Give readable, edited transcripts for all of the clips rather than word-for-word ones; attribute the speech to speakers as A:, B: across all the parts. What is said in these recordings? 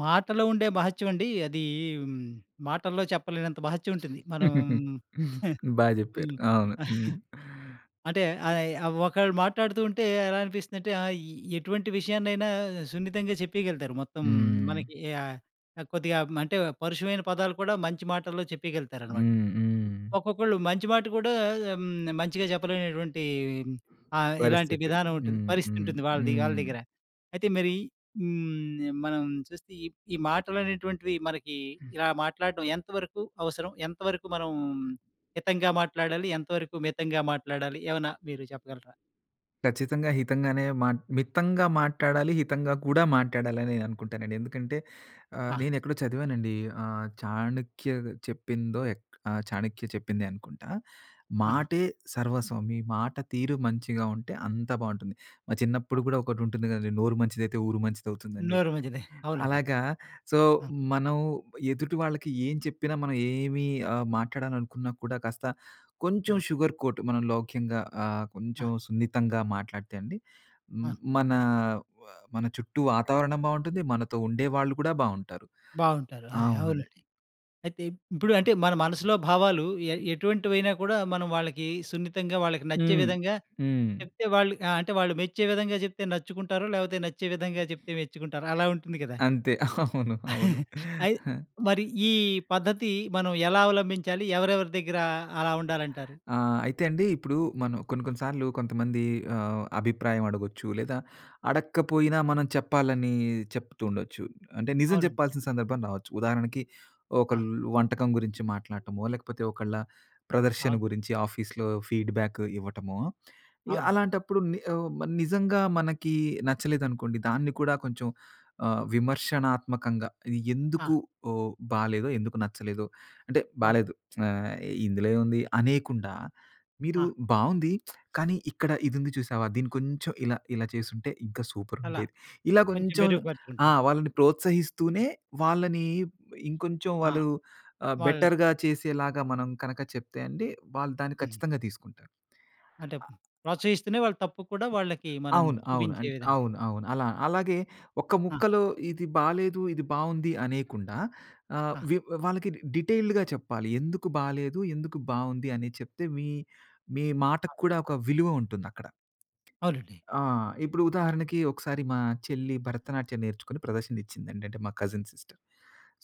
A: మాటలో ఉండే మహత్యం అండి. అది హ్మ్, మాటల్లో చెప్పలేనంత మహత్యం ఉంటుంది. మనం
B: బా జెప్పారు.
A: హ్మ్.
B: అవును. హ్మ్.
A: అంటే ఆహ్, ఆహ్, ఒకళ్ళు మాట్లాడుతూ ఉంటే ఎలా అనిపిస్తుందంటే ఎటువంటి విషయాన్నైనా సున్నితంగా చెప్పేయగలుగుతారు. మొత్తం
B: హ్మ్.
A: మనకి ఆహ్, కొద్దిగా అంటే పరుషమైన పదాలు కూడా మంచి మాటల్లో చెప్పేయగలుగుతారనమాట.
B: హ్మ్. హ్మ్.
A: ఒక్కొక్కళ్ళు మంచి మాట కూడా మంచిగా చెప్పలేనటువంటి ఇలాంటి
B: పరిస్థితి.
A: విధానం ఉంటుంది.
B: హ్మ్.
A: పరిస్థితి
B: హ్మ్.
A: ఉంటుంది వాళ్ళది వాళ్ళ
B: హ్మ్.
A: దగ్గర. అయితే మరి మనం చూస్తే ఈ ఈ మాటలనేటువంటివి మనకి ఇలా మాట్లాడడం ఎంతవరకు అవసరం? ఎంతవరకు మనం హితంగా మాట్లాడాలి? ఎంతవరకు మితంగా మాట్లాడాలి? ఏమన్నా మీరు చెప్పగలరా?
B: ఖచ్చితంగా హితంగానే మితంగా మాట్లాడాలి. హితంగా కూడా మాట్లాడాలని నేననుకుంటానండి. ఎందుకంటే
A: ఆ!
B: నేనెక్కడో చదివానండి. చాణక్య చెప్పిందో ఎక్ ఆహ్, చాణక్య చెప్పిందే అనుకుంటా.
A: ఆహా!
B: "మాటే సర్వస్వం. మీ మాట తీరు మంచిగా ఉంటే అంతా బావుంటుంది." మా
A: ఆ!
B: చిన్నప్పుడు గూడా ఒకటుంటుంది గదండీ. "నోరు మంచిదైతే ఊరు మంచిదవుతుందని"
A: నోరు
B: జెప్పి.
A: మంచిది. అవునండి.
B: అలాగా, సో,
A: ఆ!
B: మనం ఎదుటి వాళ్ళకి ఏం చెప్పినా మనం మాట్లాడాలనుకున్నా కూడా కాస్త
A: ఆ!
B: కొంచెం షుగర్ కోట్ మనం లౌక్యంగా,
A: ఆ!
B: కొంచెం సున్నితంగా మాట్లాడితే అండి,
A: ఆ!
B: హ్మ్, మన వ మన చుట్టూ వాతావరణం బావుంటుంది. మనతో ఉండేవాళ్ళు కూడా బావుంటారు.
A: బావుంటారు. అదే అవును.
B: అవునండి.
A: అయితే ఇప్పుడు అంటే మన మనసులో భావాలు ఎటువంటివైనా కూడా మనం వాళ్ళకి సున్నితంగా వాళ్ళకి నచ్చే
B: హ్మ్.
A: విధంగా
B: హ్మ్.
A: చెప్తే వాళ్ళు ఆ! అంటే వాళ్ళు మెచ్చే విధంగా చెప్తే నచ్చుకుంటారు. లేకపోతే నచ్చే విధంగా చెప్తే మెచ్చుకుంటారు. అలా ఉంటుంది కదా!
B: అంతే. అవును. అవును.
A: అయి మరి ఈ పద్ధతి మనం ఎలా అవలంబించాలి? ఎవరెవరి దగ్గర అలా ఉండాలంటారు?
B: ఆ! అయితే అండి, ఇప్పుడు మనం కొన్ని కొన్ని సార్లు కొంతమంది అభిప్రాయం అడగొచ్చు. లేదా అడక్కపోయినా మనం చెప్పాలని చెప్తూ ఉండొచ్చు. అంటే నిజం
A: అవునండి.
B: చెప్పాల్సిన సందర్భం రావచ్చు. ఉదాహరణకి
A: ఆ!
B: ఒకళ్ళు వంటకం గురించి మాట్లాడటమో, లేకపోతే ఒకళ్ళ ప్రదర్శన
A: అవును.
B: గురించి ఆఫీస్‌లో ఫీడ్‌బ్యాక్ ఇవ్వటమో, ఇ
A: అవునండి.
B: అలాంటప్పుడు ని ఆహ్, మ నిజంగా మనకి నచ్చలేదనుకోండి, దాన్ని కూడా కొంచెం విమర్శనాత్మకంగా ఇది
A: ఆ!
B: ఎందుకు బాలేదో, ఎందుకు నచ్చలేదో, అంటే
A: అవును.
B: బాలేదు ఆహ్, ఇందులో ఏముంది అనేకుండా మీరు
A: ఆ!
B: బావుంది, కానీ ఇక్కడ ఇదుంది చూసావా? దీన్ని కొంచెం ఇలా, ఇలా చేసుంటే ఇంకా
A: అలా
B: సూపరుండేది. ఇలా
A: కొంచెం
B: కొంచెం ఆ!
A: మెరుగుపరుచుకుంటే.
B: వాళ్ళని ప్రోత్సహిస్తూనే, వాళ్ళని ఇంకొంచెం
A: ఆ!
B: వాళ్ళు
A: వాళ్ళ
B: బెటర్‌గా చేసేలాగా మనం కనక చెప్తే అండి, వాళ్ళు దాన్ని
A: హ్మ్.
B: ఖచ్చితంగా తీసుకుంటారు.
A: అంటే ప్రోత్సహిస్తూనే వాళ్ళ తప్పు కూడా వాళ్ళకి మనం
B: అవును. అవును.
A: చూపించే విధంగా.
B: అవును. అవును. అలా, అలాగే ఒక్క
A: ఆ!
B: ముక్కలో ఇది బాలేదు, ఇది బావుంది అనేయకుండా, ఆహ్,
A: ఆ!
B: వి వాళ్ళకి డీటెయిల్డ్‌గా చెప్పాలి. ఎందుకు బాలేదు, ఎందుకు బావుంది అనేది చెప్తే, మీ మీ మాటకు కూడా ఒక విలువ ఉంటుందక్కడ.
A: అవునండి.
B: ఆ! ఇప్పుడు ఉదాహరణకి ఒకసారి మా చెల్లి భరతనాట్యం నేర్చుకొని ప్రదర్శననిచ్చిందండి. అంటే మా కజిన్ సిస్టర్.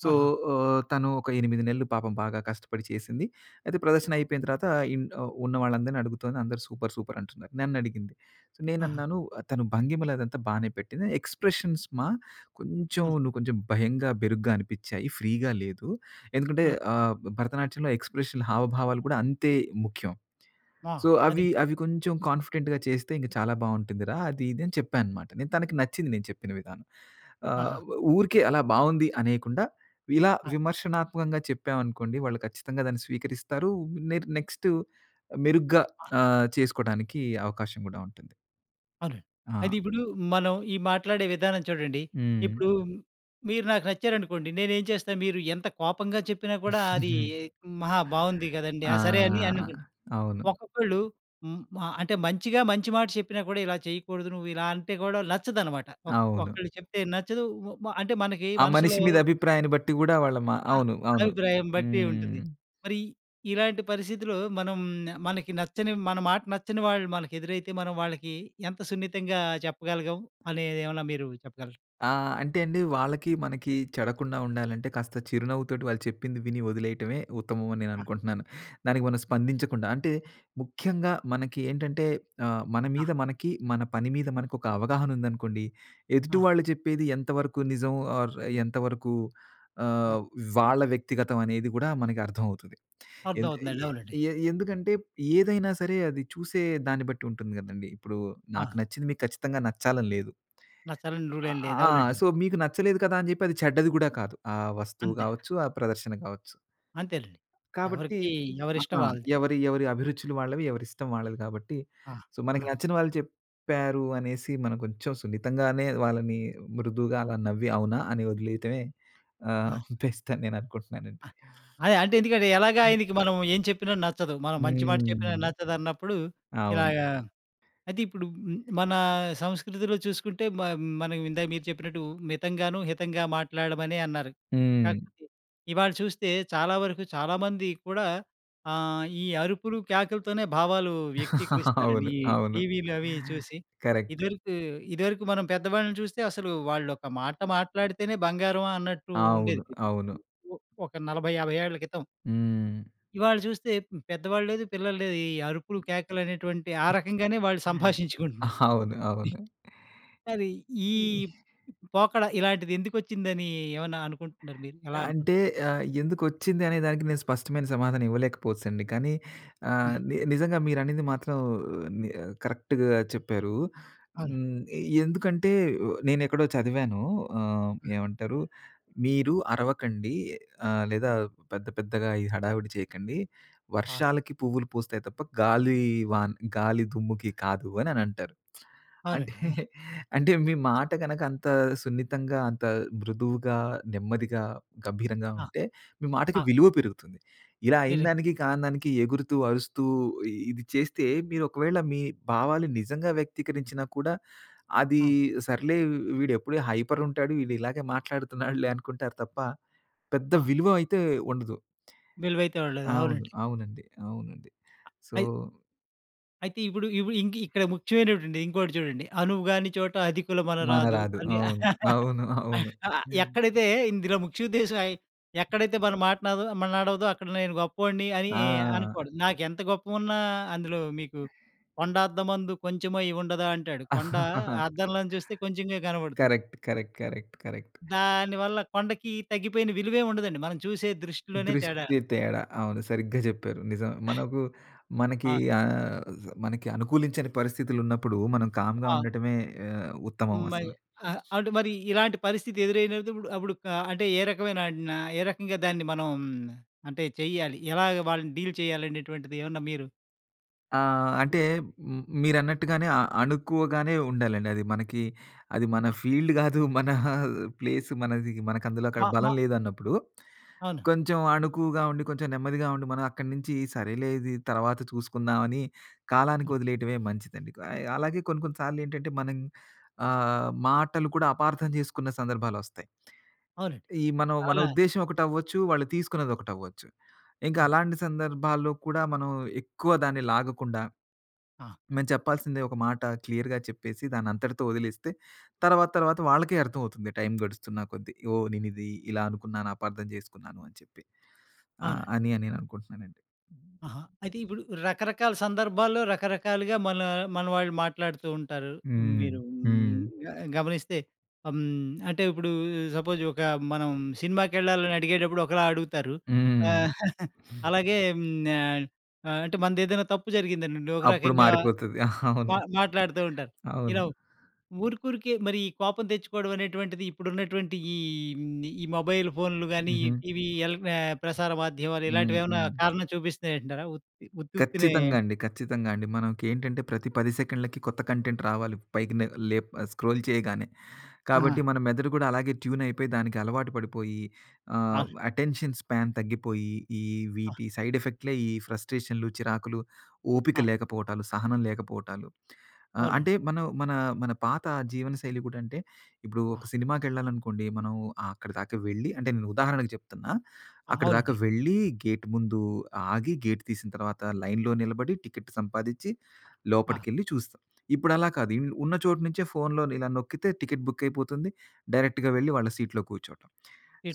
B: సో,
A: ఆహా!
B: తను ఒక 8 నెలలు పాపం బాగా కష్టపడి చేసింది. అయితే ప్రదర్శన అయిపోయిన తర్వాత ఉన్న వాళ్ళందరిని అడుగుతోంది. అందరూ సూపర్, సూపర్ అంటున్నారు. నన్నడిగింది. సో,
A: ఆహా!
B: నేనన్నాను తను భంగిమలు అదంతా బానే పెట్టింది. ఎక్స్‌ప్రెషన్స్ మా కొంచెం
A: ఆ!
B: నువ్వు కొంచెం భయంగా, బెరుగ్గా అనిపించాయి. ఫ్రీగా లేదు. ఎందుకంటే
A: ఆ!
B: ఆహ్, భరతనాట్యంలో ఎక్స్‌ప్రెషన్‌లు, హావభావాలు కూడా అంతే ముఖ్యం.
A: ఆ!
B: సో,
A: అదే.
B: అవి అవి కొంచెం కాన్ఫిడెంట్‌గా చేస్తే ఇంక చాలా బావుంటుందిరా! అది ఇది అని చెప్పాననమాట. నేను తనకి నచ్చింది నేను చెప్పిన విధానం. ఆహ్,
A: ఆహా!
B: ఊరికే అలా బావుంది అనేయకుండా, ఇలా
A: ఆ!
B: విమర్శనాత్మకంగా చెప్పామనుకోండి, వాళ్ళు ఖచ్చితంగా దాన్ని స్వీకరిస్తారు. నెక్స్ట్ మెరుగ్గా
A: ఆ!
B: చేసుకోవడానికి అవకాశం గూడా ఉంటుంది.
A: అవునండి.
B: ఆ!
A: అయితే ఇప్పుడు మనం ఈ మాట్లాడే విధానం చూడండి.
B: హ్మ్.
A: ఇప్పుడు మీరు నాకు నచ్చారనుకోండి, నేనేం చేస్తా మీరు ఎంత కోపంగా చెప్పినా కూడా అది మహా బావుంది కదండీ! ఆ! సరే అని
B: ఆ!
A: అనుకుంటా.
B: అవును.
A: ఒక్కొక్కళ్ళు హ్మ్, మా అంటే మంచిగా మంచి మాట చెప్పినా కూడా ఇలా చేయకూడదు, నువ్వు ఇలా అంటే కూడా నచ్చదనమాట. ఒక్
B: అవును.
A: ఒకళ్ళు చెప్తే నచ్చదు. వ మ అంటే మనకి
B: ఆ
A: మనసులో
B: మనిషి మీద అభిప్రాయాన్ని బట్టి గూడా వాళ్ళ మా
A: ఆ!
B: అవును. అవును.
A: అభిప్రాయం బట్టి
B: హ్మ్.
A: ఉంటుంది. మరి ఇలాంటి పరిస్థితిలో మనం మనకి నచ్చని మన మాట నచ్చని వాళ్ళు మనకెదురైతే మనం వాళ్ళకి ఎంత సున్నితంగా చెప్పగలిగాం అనేదేమన్నా మీరు చెప్పగలరా?
B: ఆ! అంటే అండి, వాళ్ళకి, మనకి చెడకుండా ఉండాలంటే కాస్త చిరునవ్వుతోటి వాళ్ళు చెప్పింది విని వదిలేయటమే ఉత్తమం అని
A: ఆ!
B: నేననుకుంటున్నాను. దానికి మనం స్పందించకుండా. అంటే ముఖ్యంగా మనకి ఏంటంటే, మన
A: ఆ!
B: మీద మనకి, మన పని మీద మనకొక అవగాహన ఉందనుకోండి, ఎదుటి
A: ఆ!
B: వాళ్ళు చెప్పేది ఎంతవరకు నిజం ఆర్ ఎంతవరకు
A: ఆ!
B: ఆహ్, వాళ్ళ వ్యక్తిగతం అనేది గూడా మనకి అర్థమవుతది. ఎందు
A: అర్థమవుతుందండి.
B: ఎ
A: అవునండి.
B: ఎ ఎందుకంటే ఏదైనా సరే అది చూసే దాన్ని బట్టి ఉంటుంది గదండీ. ఇప్పుడు
A: ఆ!
B: నాకు నచ్చింది మీకు ఖచ్చితంగా నచ్చాలని లేదు.
A: నచ్చాలని రూల్
B: ఆ!
A: ఏం లేదు.
B: ఆ!
A: అవునండి.
B: సో, మీకు నచ్చలేదు కదా అని చెప్పి అది చెడ్డది గూడా కాదు. ఆ వస్తువు
A: అంతే.
B: కావచ్చు, ఆ ప్రదర్శన కావచ్చు.
A: అంతేనండి.
B: కాబట్టి
A: ఎవరికీ ఎవరిష్టం
B: ఆ!
A: వాళ్ళది.
B: ఎవరి, ఎవరి అభిరుచులు వాళ్ళవి, ఎవరిష్టం వాళ్ళది కాబట్టి,
A: ఆ!
B: సో, మనకి
A: ఆ!
B: నచ్చిన వాళ్ళు చెప్పారు అనేసి మనం కొంచెం సున్నితంగానే వాళ్ళని, మృదువుగా
A: ఆ!
B: అలా నవ్వి, అవునా అని వదిలేయటమే
A: ఆ!
B: ఆహ్, బెస్ట్ అని నేను అనుకుంటున్నానండి.
A: ఆ! అదే అంటే ఎందుకంటే ఎలాగా ఆయనకి మనం ఏం చెప్పినా నచ్చదు. మనం మంచి మాట చెప్పినా
B: హ్మ్.
A: నచ్చదన్నప్పుడు
B: అవును.
A: ఇలాగా అయితే ఇప్పుడు మన సంస్కృతిలో చూసుకుంటే మనం ఇందాక మీరు చెప్పినట్టు మితంగాను, హితంగా మాట్లాడమని అన్నారు.
B: హ్మ్.
A: కాకపోతే ఇవాళ చూస్తే చాలా వరకు చాలామంది కూడా ఈ అరుపులు, కేకలతోనే భావాలు వ్యక్తీకరిస్తారండి.
B: అవును.
A: ఈ
B: అవును.
A: టీవీలు అవి చూసి.
B: కరెక్ట్.
A: ఇదివరకు ఇదివరకు మనం పెద్దవాళ్ళని చూస్తే అసలు వాళ్ళు ఒక మాట మాట్లాడితేనే బంగారం అన్నట్టు
B: అవును.
A: ఉండేది.
B: అవును.
A: ఒ ఒక 40, 50 ఏళ్ల క్రితం.
B: హ్మ్.
A: ఇవాళ చూస్తే పెద్దవాళ్ళు లేదు, పిల్లలు లేదు. ఈ అరుపులు, కేకలు అనేటువంటి ఆ రకంగానే వాళ్ళు సంభాషించుకుంటున్నారు.
B: అవును. అవును.
A: మరి ఈ పోకడ ఇలాంటిది ఎందుకొచ్చిందని ఏమన్నా అనుకుంటున్నారు మీరు? ఎలా
B: అంటే
A: అనుకుంటున్నారు?
B: ఎందుకొచ్చింది అనే దానికి నేను స్పష్టమైన సమాధానం ఇవ్వలేకపోవచ్చండి. కానీ
A: ఆ!
B: ఆహ్, ని నిజంగా మీరనింది మాత్రం ని కరెక్ట్‌గా చెప్పారు.
A: అనుకుంటున్నారు?
B: హ్మ్. ఎందుకంటే నేనెక్కడో చదివాను,
A: అవును.
B: ఏమంటారు, మీరు అరవకండి, లేదా పెద్దగా ఈ హడావిడి చేయకండి.
A: ఆ! ఆ!
B: వర్షాలకి పువ్వులు పూస్తాయి తప్ప గాలి దుమ్ముకి కాదు అని అనంటారు. అంటే
A: అవునండి. ఆ!
B: అంటే మీ మాట గనక అంత సున్నితంగా, అంత మృదువుగా, నెమ్మదిగా, గంభీరంగా
A: ఆ!
B: ఉంటే మీ మాటకి
A: ఆ!
B: విలువ పెరుగుతుంది. ఇలా అయిన
A: మీరు
B: దానికి, కాని దానికి ఎగురుతూ, అరుస్తూ ఇది చేస్తే, మీరు ఒకవేళ మీ భావాలు నిజంగా వ్యక్తీకరించినా కూడా అది,
A: ఆ!
B: సర్లే వీడు ఎప్పుడు హైపర్ ఉంటాడు, వీడు ఇలాగే మాట్లాడుతున్నాడులే అనుకుంటారు తప్ప, పెద్ద
A: ఆ!
B: విలువ అయితే ఉండదు.
A: విలువైతే వాళ్ళది.
B: అవును.
A: అవునండి.
B: అవునండి. అవునండి. సో,
A: అయి అయితే ఇప్పుడు ఇప్పుడు ఇంక్ ఇక్కడ ముఖ్యమైనటువంటి ఇంకోటి చూడండి. 'అనువుగాని చోట
B: మన
A: అధికులమనరాదు'
B: రాదు.
A: అని
B: అవును. అవును. అవును.
A: ఎక్కడైతే ఇందులో ముఖ్య ఉద్దేశ్యం ఎక్కడైతే మన మాట నాదో మన నాడవదో అక్కడ నేను గొప్పోడిని అని
B: ఆ!
A: అనుకోడు. నాకెంత గొప్పగున్నా అందులో మీకు "కొండ అద్దమందు కొంచెమై ఉండదా" అంటాడు. కొండ అద్దంలోంచి చూస్తే కొంచెంగా కనబడుతుంది.
B: కరెక్ట్. కరెక్ట్. కరెక్ట్. కరెక్ట్.
A: దానివల్ల కొండకి తగ్గిపోయిన విలువే ఉండదండి. మనం చూసే దృష్టిలోనే తేడా
B: దృష్టి
A: అండి.
B: తేడా. అవును. సరిగ్గా జెప్పారు. నిజం. మనకు, మనకి,
A: ఆ!
B: ఆహ్, మనకి అనుకూలించని పరిస్థితులున్నప్పుడు మనం కామ్‌గా
A: ఆ!
B: ఉండటమే ఉత్తమం
A: మరి
B: అసలు.
A: అంటే మరి ఇలాంటి పరిస్థితి ఎదురైనప్పుడు ఇప్పుడు అప్పుడు క అంటే ఏ రకమైన ఏ రకంగా దాన్ని మనం అంటే చెయ్యాలి? ఎలాగ వాళ్ళని డీల్ చేయాలనేటువంటిది ఏమన్నా మీరు
B: ఆ! అంటే మీరన్నట్టుగానే అణుకువగానే ఉండాలండి. అది మనకి, అది మన ఫీల్డ్ గాదు. మన ప్లేస్ మనది. మనకు అందులో
A: మ
B: అక్కడ
A: మ
B: బలం లేదన్నప్పుడు,
A: అవును.
B: కొంచెం అణుకువగా ఉండి, కొంచెం నెమ్మదిగా ఉండి, మనం అక్కడి నుంచి సరేలే ఇది తర్వాత చూసుకుందాం అని కాలానికి
A: హ్మ్.
B: వదిలేయటమే మంచిదండి. అలాగే కొన్ని కొన్ని సార్లు ఏంటంటే మనం మాటలు కూడా అపార్థం చేసుకున్న సందర్భాలొస్తాయి.
A: అవునండి.
B: ఈ మనం మన
A: చాలా.
B: ఉద్దేశ్యం ఒకటవ్వచ్చు. వాళ్ళు తీసుకున్నదొకటవ్వచ్చు. ఇంకా
A: అవును.
B: అలాంటి సందర్భాల్లో కూడా మనం ఎక్కువ దాన్ని లాగకుండా
A: ఆ!
B: మేము చెప్పాల్సిందే ఒక మాట క్లియర్‌గా చెప్పేసి దానంతటితో వదిలేస్తే, తర్వాత వాళ్ళకే అర్థమవుతుంది టైం గడుస్తున్న కొద్దీ. ఓహ్! నేనిది ఇలా అనుకున్నాను, అపార్థం చేసుకున్నాను అని చెప్పి. ఆ!
A: అవునండి.
B: అని నేను అనుకుంటున్నానండి.
A: ఆహా! అయితే ఇప్పుడు రకరకాల సందర్భాల్లో రకరకాలుగా మన మన వాళ్ళు మాట్లాడుతూ ఉంటారు.
B: హ్మ్.
A: మీరు
B: హ్మ్.
A: హ్మ్, గ గమనిస్తే హ్మ్, అంటే ఇప్పుడు సపోజ్ ఒక మనం సినిమాకెళ్ళాలని అడిగేటప్పుడు ఒకలా అడుగుతారు.
B: హ్మ్.
A: ఆహ్, అలాగే అంటే మనదేదైనా తప్పు జరిగిందనండి. ఒక
B: అప్పుడు
A: రకంగా
B: మారిపోతది. అవును.
A: మాట్లాడుతూ ఉంటారు.
B: అవును.
A: ఇలా ఊరికూరికే మరి ఈ కోపం తెచ్చుకోవడం అనేటువంటిది ఇప్పుడున్నటువంటి ఈ మొబైల్ ఫోన్‌లు గాని, ఈ
B: హుహు.
A: టీవీ ఎల్ ఆహ్, ప్రసార మాధ్యమాలు
B: హ్మ్.
A: ఇలాంటివేమన్నా
B: హ్మ్.
A: కారణం చూపిస్తున్నాయంటారా? ఉత్తి ఉత్తి ఉత్తినే
B: ఖచ్చితంగా అండి. ఖచ్చితంగా అండి. మనకేంటంటే ప్రతి 10 సెకండ్‌లకి కొత్త కంటెంట్ రావాలి. పైకి న లేప్ స్క్రోల్ చేయగానే.
A: ఆహా!
B: కాబట్టి మన మెదడు కూడా అలాగే ట్యూన్ అయిపోయి దానికి అలవాటు పడిపోయి,
A: అవును.
B: అటెన్షన్ స్పాన్ తగ్గిపోయి, ఈ
A: ఆ!
B: వీటి సైడ్ ఎఫెక్ట్‌లే ఈ ఫ్రస్ట్రేషన్‌లు, చిరాకులు, ఓపిక
A: ఆ!
B: లేకపోవటాలు, సహనం లేకపోవటాలు. అంటే
A: అవునండి.
B: మనం మన మన పాత జీవనశైలి కూడా, అంటే ఇప్పుడు
A: ఆ!
B: ఒక సినిమాకెళ్ళాలనుకోండి మనం అక్కడిదాకా వెళ్ళి, అంటే నేను ఉదాహరణకు చెప్తున్నా.
A: ఆ!
B: అక్కడిదాకా
A: అవునండి.
B: వెళ్ళి గేట్ ముందు ఆగి, గేట్ తీసిన తర్వాత లైన్‌లో నిలబడి టికెట్ సంపాదించి
A: ఆ!
B: లోపటికెళ్ళి చూసి. ఇప్పుడలా కాదు. ఉన్న చోటు నుంచే ఫోన్‌లోని ఇలా నొక్కితే టికెట్ బుక్ అయిపోతుంది. డైరెక్ట్‌గా వెళ్లి వాళ్ళ సీట్‌లో కూర్చోవటం.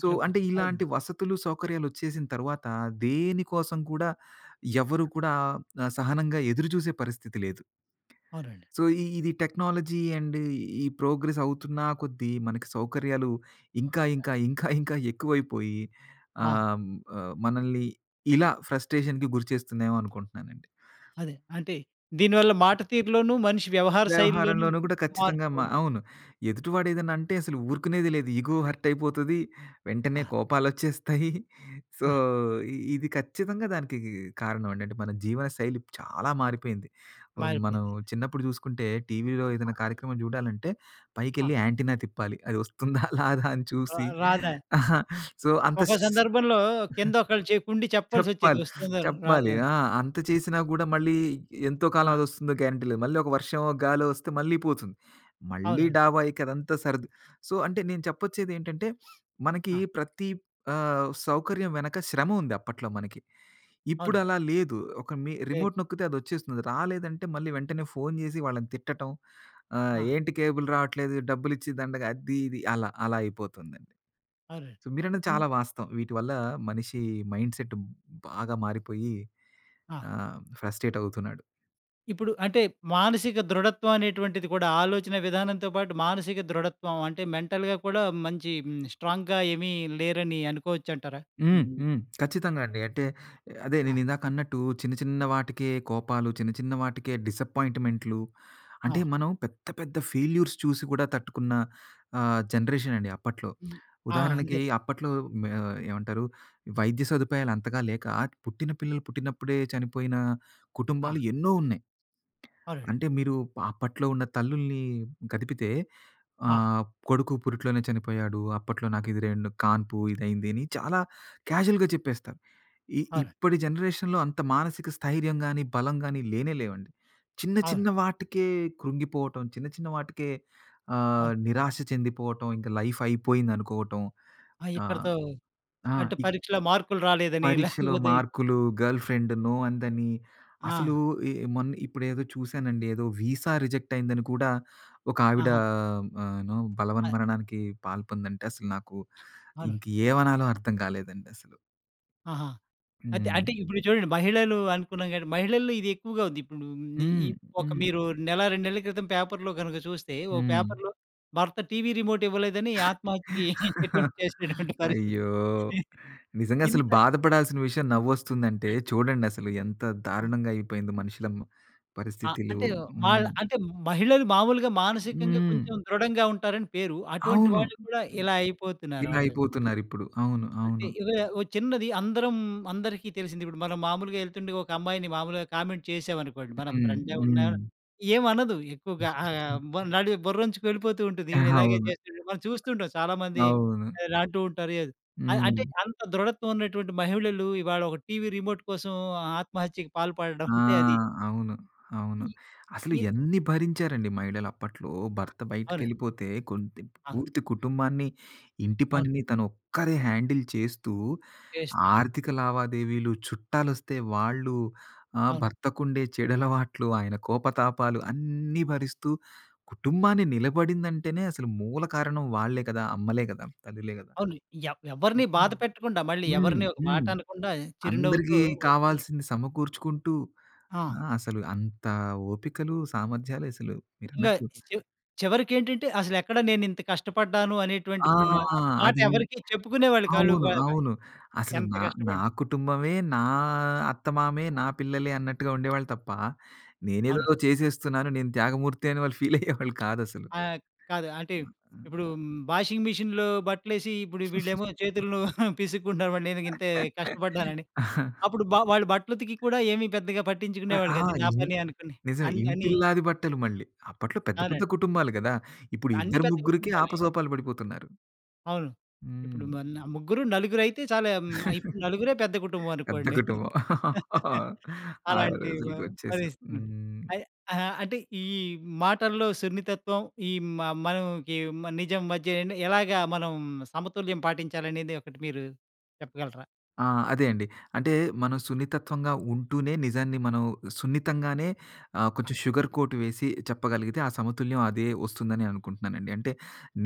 B: సో, అంటే
A: కూర్చోండి.
B: ఇలాంటి
A: అవునండి.
B: వసతులు, సౌకర్యాలొచ్చేసిన తర్వాత దేనికోసం కూడా, ఎవరు కూడా సహనంగా ఎదురుచూసే పరిస్థితి లేదు.
A: అవునండి.
B: సో, ఇది టెక్నాలజీ అండ్ ఈ ప్రోగ్రెస్ అవుతున్నా కొద్దీ మనకి సౌకర్యాలు ఇంకా ఎక్కువైపోయి,
A: ఆ!
B: ఆహ్, ఆహ్, మనల్ని ఇలా ఫ్రస్ట్రేషన్‌కి గురిచేస్తుందేమో అనుకుంటున్నానండి.
A: అదే. అంటే దీనివల్ల మాట తీరులోను, మనిషి వ్యవహార శైలిలోను
B: వ్యవహారంలోనూ కూడా ఖచ్చితంగా
A: మార్పు
B: మా అవును. ఎదుటివాడు ఏదైనా అంటే అసలు ఊరుకునేది లేదు. ఇగో హర్ట్ అయిపోతది. వెంటనే
A: ఆ!
B: కోపాలొచ్చేస్తాయి. సో,
A: ఆ!
B: ఇది ఖచ్చితంగా దానికి కారణం అండి. అంటే మన జీవన శైలి చాలా మారిపోయింది. మనం
A: మారిపోయింది.
B: చిన్నప్పుడు చూసుకుంటే టీవీలో ఏదైనా కార్యక్రమం చూడాలంటే
A: ఆ!
B: పైకెళ్ళి యాంటీనా తిప్పాలి. అది వస్తుందా? రాదా? అని చూసి
A: రాదా?
B: ఆహా, సో, అంత
A: ఒక్కో
B: స్
A: సందర్భంలో కిందొకళ్ళు కుండి చెప్పాల్సొచ్చేది
B: చెప్పాలి.
A: వస్తుందో
B: చెప్పాలి.
A: రాదో.
B: ఆ! అంత చేసినా గూడా మళ్ళీ ఎంతో కాలం
A: ఆ!
B: అదొస్తుందో గ్యారంటీ లేదు. మళ్ళీ ఒక వర్షమో, గాలో వస్తే మళ్ళీ పోతుంది. మళ్ళీ
A: అవునవును.
B: డాబా ఎక్కి అదంతా సర్దు. సో, అంటే నేను చెప్పొచ్చేదేంటంటే, మనకి
A: ఆ!
B: ప్రతి సౌకర్యం వెనక శ్రమ ఉంది అప్పట్లో మనకి. ఇప్పుడు
A: అవునండి.
B: అలా లేదు. ఒక మీ
A: గ్రేట్.
B: రిమోట్ నొక్కితే అదొచ్చేస్తుంది. రాలేదంటే మళ్ళీ వెంటనే ఫోను జేసి వాళ్ళని తిట్టటం.
A: ఆ!
B: ఏంటి కేబుల్ రావట్లేదు, డబ్బులిచ్చి దండగ, అది ఇది అలా, అలా అయిపోతుంది.
A: అవునండి.
B: సో, మీరన్నది
A: హ్మ్.
B: చాలా వాస్తవం. వీటి వల్ల మనిషి మైండ్‌సెట్ బాగా మారిపోయి
A: ఆ!
B: ఫ్రస్ట్రేట్ అవుతున్నాడు.
A: ఇప్పుడు అంటే మానసిక దృఢత్వం అనేటువంటిది కూడా ఆలోచన విధానంతో పాటు మానసిక దృఢత్వం అంటే మెంటల్‌గా కూడా మంచి స్ట్రాంగ్‌గా ఏమీ లేరని అనుకోవచ్చంటారా?
B: హ్మ్.
A: హ్మ్.
B: హ్మ్. ఖచ్చితంగా అండి. అంటే అదే
A: ఆ!
B: నేను ఇందాకన్నట్టు చిన్న చిన్న వాటికే కోపాలు, చిన్న చిన్న వాటికే డిసప్పాయింట్‌మెంట్లు,
A: ఆ!
B: అంటే మనం పెద్ద పెద్ద ఫెయిల్యూర్స్ చూసి కూడా తట్టుకున్న జనరేషన్ అండి అప్పట్లో.
A: హ్మ్. ఆ!
B: ఉదాహరణకి
A: అంతే.
B: అప్పట్లో, మే ఏమంటారు వైద్య సదుపాయాలు అంతగా లేక పుట్టిన పిల్లలు పుట్టినప్పుడే చనిపోయిన
A: ఆ!
B: కుటుంబాలు ఎన్నో ఉన్నాయి.
A: అవునండి.
B: అంటే మీరు అప్పట్లో ఉన్న తల్లుల్ని కదిపితే,
A: ఆ!
B: ఆహ్, కొడుకు పురిట్లోనే చనిపోయాడు, అప్పట్లో నాకిది 2 కాన్పు ఇదయింది అని చాలా క్యాజువల్‌గా చెప్పేస్తారు.
A: అవును.
B: ఇప్పటి జనరేషన్‌లో అంత మానసిక స్థైర్యం గాని, బలం గాని లేనే లేవండి. చిన్న
A: అవును.
B: చిన్న వాటికే కృంగిపోవటం, చిన్న చిన్న వాటికే
A: అవును.
B: నిరాశ చెందిపోవటం, ఇంక లైఫ్ అయిపోయిందనుకోవటం.
A: ఆ!
B: ఆహ్,
A: ఇక్కడితో
B: ఆ! ఆ,
A: అంటే పరీక్షలో మార్కులు రాలేదని
B: పరీక్షలో
A: లేకపోతే
B: మార్కులు, గర్ల్ ఫ్రెండ్ నో అందని,
A: ఆ!
B: అసలు ఈ మొన్న ఇప్పుడేదో చూసానండి. ఏదో వీసా రిజెక్ట్ అయిందని కూడా ఒక ఆవిడ
A: ఆహా!
B: ఆహ్, నో
A: అ
B: బలవన్మరణానికి పాల్పొందంటే అసలు నాకు
A: అవును.
B: ఇంక ఏమనాలో అర్థం కాలేదండి అసలు.
A: ఆహా! అయితే
B: హ్మ్.
A: అంటే ఇప్పుడు చూడండి మహిళలు అనుకున్నాం కానీ, మహిళల్లో ఇది ఎక్కువగా ఉంది. ఇప్పుడు ని ఈ
B: హ్మ్.
A: ఒక
B: హ్మ్.
A: మీరు నెల, 2 నెలల క్రితం పేపర్‌లో గనుక చూస్తే, ఓ
B: హ్మ్.
A: పేపర్‌లో భర్త టీవీ రిమోట్ ఇవ్వలేదని ఆత్మహత్యకి అటెంప్ట్ చేసినటువంటి పరిస్థితి.
B: అయ్యో! నిజంగా అసలు
A: ఇంత
B: బాధపడాల్సిన విషయం నవ్వొస్తుందంటే చూడండి అసలు ఎంత దారుణంగా అయిపోయిందో మనుషుల
A: ఆ!
B: పరిస్థితులు.
A: అంటే వాళ్ళ
B: హ్మ్.
A: అంటే మహిళలు మామూలుగా మానసికంగా
B: హ్మ్.
A: కొంచెం దృఢంగా ఉంటారని పేరు. అటువంటి
B: అవును.
A: వాళ్ళు కూడా ఇలా అయిపోతున్నారు
B: ఇలా
A: వాళ్ళు.
B: అయిపోతున్నారిప్పుడు. అవును.
A: అంటే
B: అవును.
A: ఇవే ఓ చిన్నది అందరం అందరికీ తెలిసింది. ఇప్పుడు మనం మామూలుగా ఎళ్తుండే ఒక అమ్మాయిని మామూలుగా కామెంట్ చేసామనుకోండి. మన
B: హ్మ్.
A: ఫ్రెండే ఉన్నా
B: హ్మ్.
A: ఏమనదు ఎక్కువగా. ఆహ్, బ నడి బుర్రంచుకు వెళ్ళిపోతూ ఉంటుంది. ఈడు ఇలాగే
B: అవును.
A: చేస్తుండు. మనం చూస్తుంటాం చాలామంది
B: అవును.
A: ఇలా అంటూ ఉంటారు. ఏదో
B: హ్మ్.
A: అంటే అంత దృఢత్వం ఉన్నటువంటి మహిళలు ఇవాళ ఒక టీవీ రిమోట్ కోసం ఆత్మహత్యకి పాల్పడడం
B: ఆ!
A: అంటే అది
B: అవును. అవును.
A: ఇ
B: అసలు
A: ఇ
B: ఎన్ని భరించారండి మహిళలు అప్పట్లో. భర్త
A: అవును.
B: బయటికెళ్ళిపోతే కొంత
A: అవును.
B: పూర్తి కుటుంబాన్ని, ఇంటి
A: అవును.
B: పనిని తను ఒక్కరే హ్యాండిల్ చేస్తూ,
A: చేస్తూ
B: ఆర్థిక లావాదేవీలు, చుట్టాలొస్తే వాళ్ళు,
A: అవును.
B: భర్తకుండే చెడలవాట్లు, ఆయన కోపతాపాలు అన్నీ భరిస్తూ కుటుంబాన్ని నిలబడిందంటేనే అసలు మూల కారణం వాళ్ళే కదా! అమ్మలే కదా! తల్లులే కదా!
A: అవును. ఎవరిని బాధ
B: హ్మ్.
A: పెట్టకుండా మళ్ళీ
B: హ్మ్.
A: ఎవరిని ఒక మాట
B: హ్మ్.
A: అనకుండా చిరునవ్వుతో
B: అందరికీ కావాల్సింది సమకూర్చుకుంటూ
A: ఆ!
B: ఆ! అసలు అంత ఓపికలు, సామర్థ్యాలు అసలు,
A: ఇంగా
B: మీరన్నట్టు
A: చివ చివరికేంటంటే అసలెక్కడ నేనింత కష్టపడ్డాను
B: ఆ!
A: అనేటువంటి మ మాట
B: అది
A: ఎవరికీ చెప్పుకునేవాళ్ళు కాళ్ళు
B: అవును.
A: గోళ కాదు.
B: అవును. అసలు
A: ఎంత
B: నా, నా
A: కష్టపడినా.
B: కుటుంబమే, నా అత్తమామే, నా పిల్లలే అన్నట్టుగా ఉండేవాళ్ళు తప్ప, నేనేదో
A: అవును.
B: చేసేస్తున్నాను, నేను త్యాగమూర్తి అని వాళ్ళు ఫీల్ అయ్యేవాళ్ళు కాదసలు.
A: ఆహ్, కాదు అంటే ఇప్పుడు వాషింగ్ మిషన్‌లో బట్టలేసి ఇప్పుడు వీళ్ళేమో చేతులను పిసుక్కుంటారు. మరి నేను ఇంత కష్టపడ్డానని. అప్పుడు వాళ్ళు బట్టలుతికి కూడా ఏమి పెద్దగా
B: ఆ!
A: పట్టించుకునేవాళ్ళు
B: ఆ!
A: కాదు. ఇది నా
B: ఇన్
A: పని అనుకుని
B: నిజమే.
A: అని అని
B: ఇంటిల్లాది బట్టలు మళ్ళీ. అప్పట్లో పెద్ద పెద్ద
A: అవునండి.
B: కుటుంబాలు గదా! ఇప్పుడు
A: అన్నీ
B: ఇద్దరు,
A: పెద్ద
B: ముగ్గురికే
A: కుటుంబాలే.
B: ఆపసోపాలు పడిపోతున్నారు.
A: అవును. ఇప్పుడు
B: హ్మ్.
A: మన ముగ్గురు, నలుగురైతే చాలా హ్మ్, ఇప్పుడు నలుగురే పెద్ద కుటుంబం
B: పెద్ద
A: అనుకోండి.
B: కుటుంబం. ఆ
A: అలాంటి వ
B: రోజులకొచ్చేసాం.
A: పరిస్థితి.
B: హ్మ్.
A: అయ్ అహా! అంటే ఈ మాటల్లో సున్నితత్వం, ఈ మ మనకి నిజం మధ్య ఏండి ఎలాగా మనం సమతుల్యం పాటించాలనేది ఒకటి మీరు చెప్పగలరా?
B: ఆ! అదే అండి. అంటే మనం సున్నితత్వంగా ఉంటూనే నిజాన్ని మనం సున్నితంగానే
A: ఆ!
B: కొంచెం షుగర్ కోట్ వేసి చెప్పగలిగితే ఆ సమతుల్యం అదే వస్తుందని అనుకుంటున్నానండి. అంటే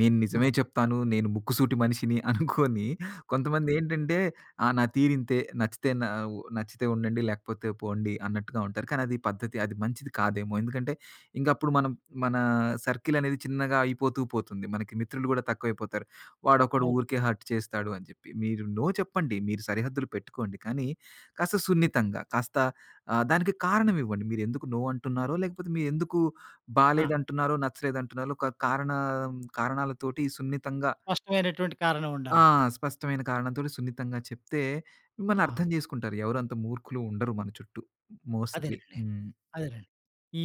B: నేను
A: ఆ!
B: నిజమే చెప్తాను, నేను ముక్కుసూటి మనిషిని అనుకోని కొంతమందేంటంటే, ఆ! నా తీరింతే నచ్చితే నా నచ్చితే ఉండండి లేకపోతే పోండి అన్నట్టుగా ఉంటారు. కానీ అది పద్ధతి, అది మంచిది కాదేమో. ఎందుకంటే ఇంక అప్పుడు మనం మన సర్కిల్ అనేది చిన్నగా అయిపోతూ పోతుంది. మనకి మిత్రులు గూడా తక్కువైపోతారు. వాడొకడు
A: అవును.
B: ఊరికే హర్ట్ చేస్తాడు అని చెప్పి. మీరు నో చెప్పండి. మీరు సరిహద్దులు పెట్టుకోండి. కానీ కాస్త
A: అవును.
B: సున్నితంగా, కాస్త దానికి కారణం ఇవ్వండి. మీరెందుకు నో అంటున్నారో, లేకపోతే మీరెందుకు
A: ఆ!
B: బాలేదంటున్నారో, నచ్చలేదంటున్నారో, ఒక కారణ కారణాలతోటి సున్నితంగా
A: స్పష్టమైనటువంటి కారణం
B: ఆ!
A: ఉండాలంటారు.
B: స్పష్టమైన కారణంతోటి సున్నితంగా చెప్తే మిమ్మల్ని
A: ఆ!
B: అర్థం చేసుకుంటారు. ఎవరు అంత మూర్ఖులు ఉండరు మన చుట్టూ మోస్ట్‌లీ.
A: అదేనండి.
B: హ్మ్.
A: అదేనండి. ఈ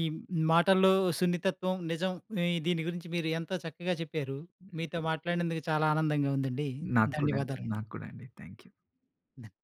A: మాటల్లో సున్నితత్వం, నిజం ఈ దీని గురించి మీరు ఎంతో చక్కగా చెప్పారు. మీతో మాట్లాడినందుకు చాలా ఆనందంగా ఉందండి.
B: నాకు కూడా అండి.
A: ధన్యవాదాలండి.
B: నాకు కూడా అండి. థాంక్యూ.
A: ధన్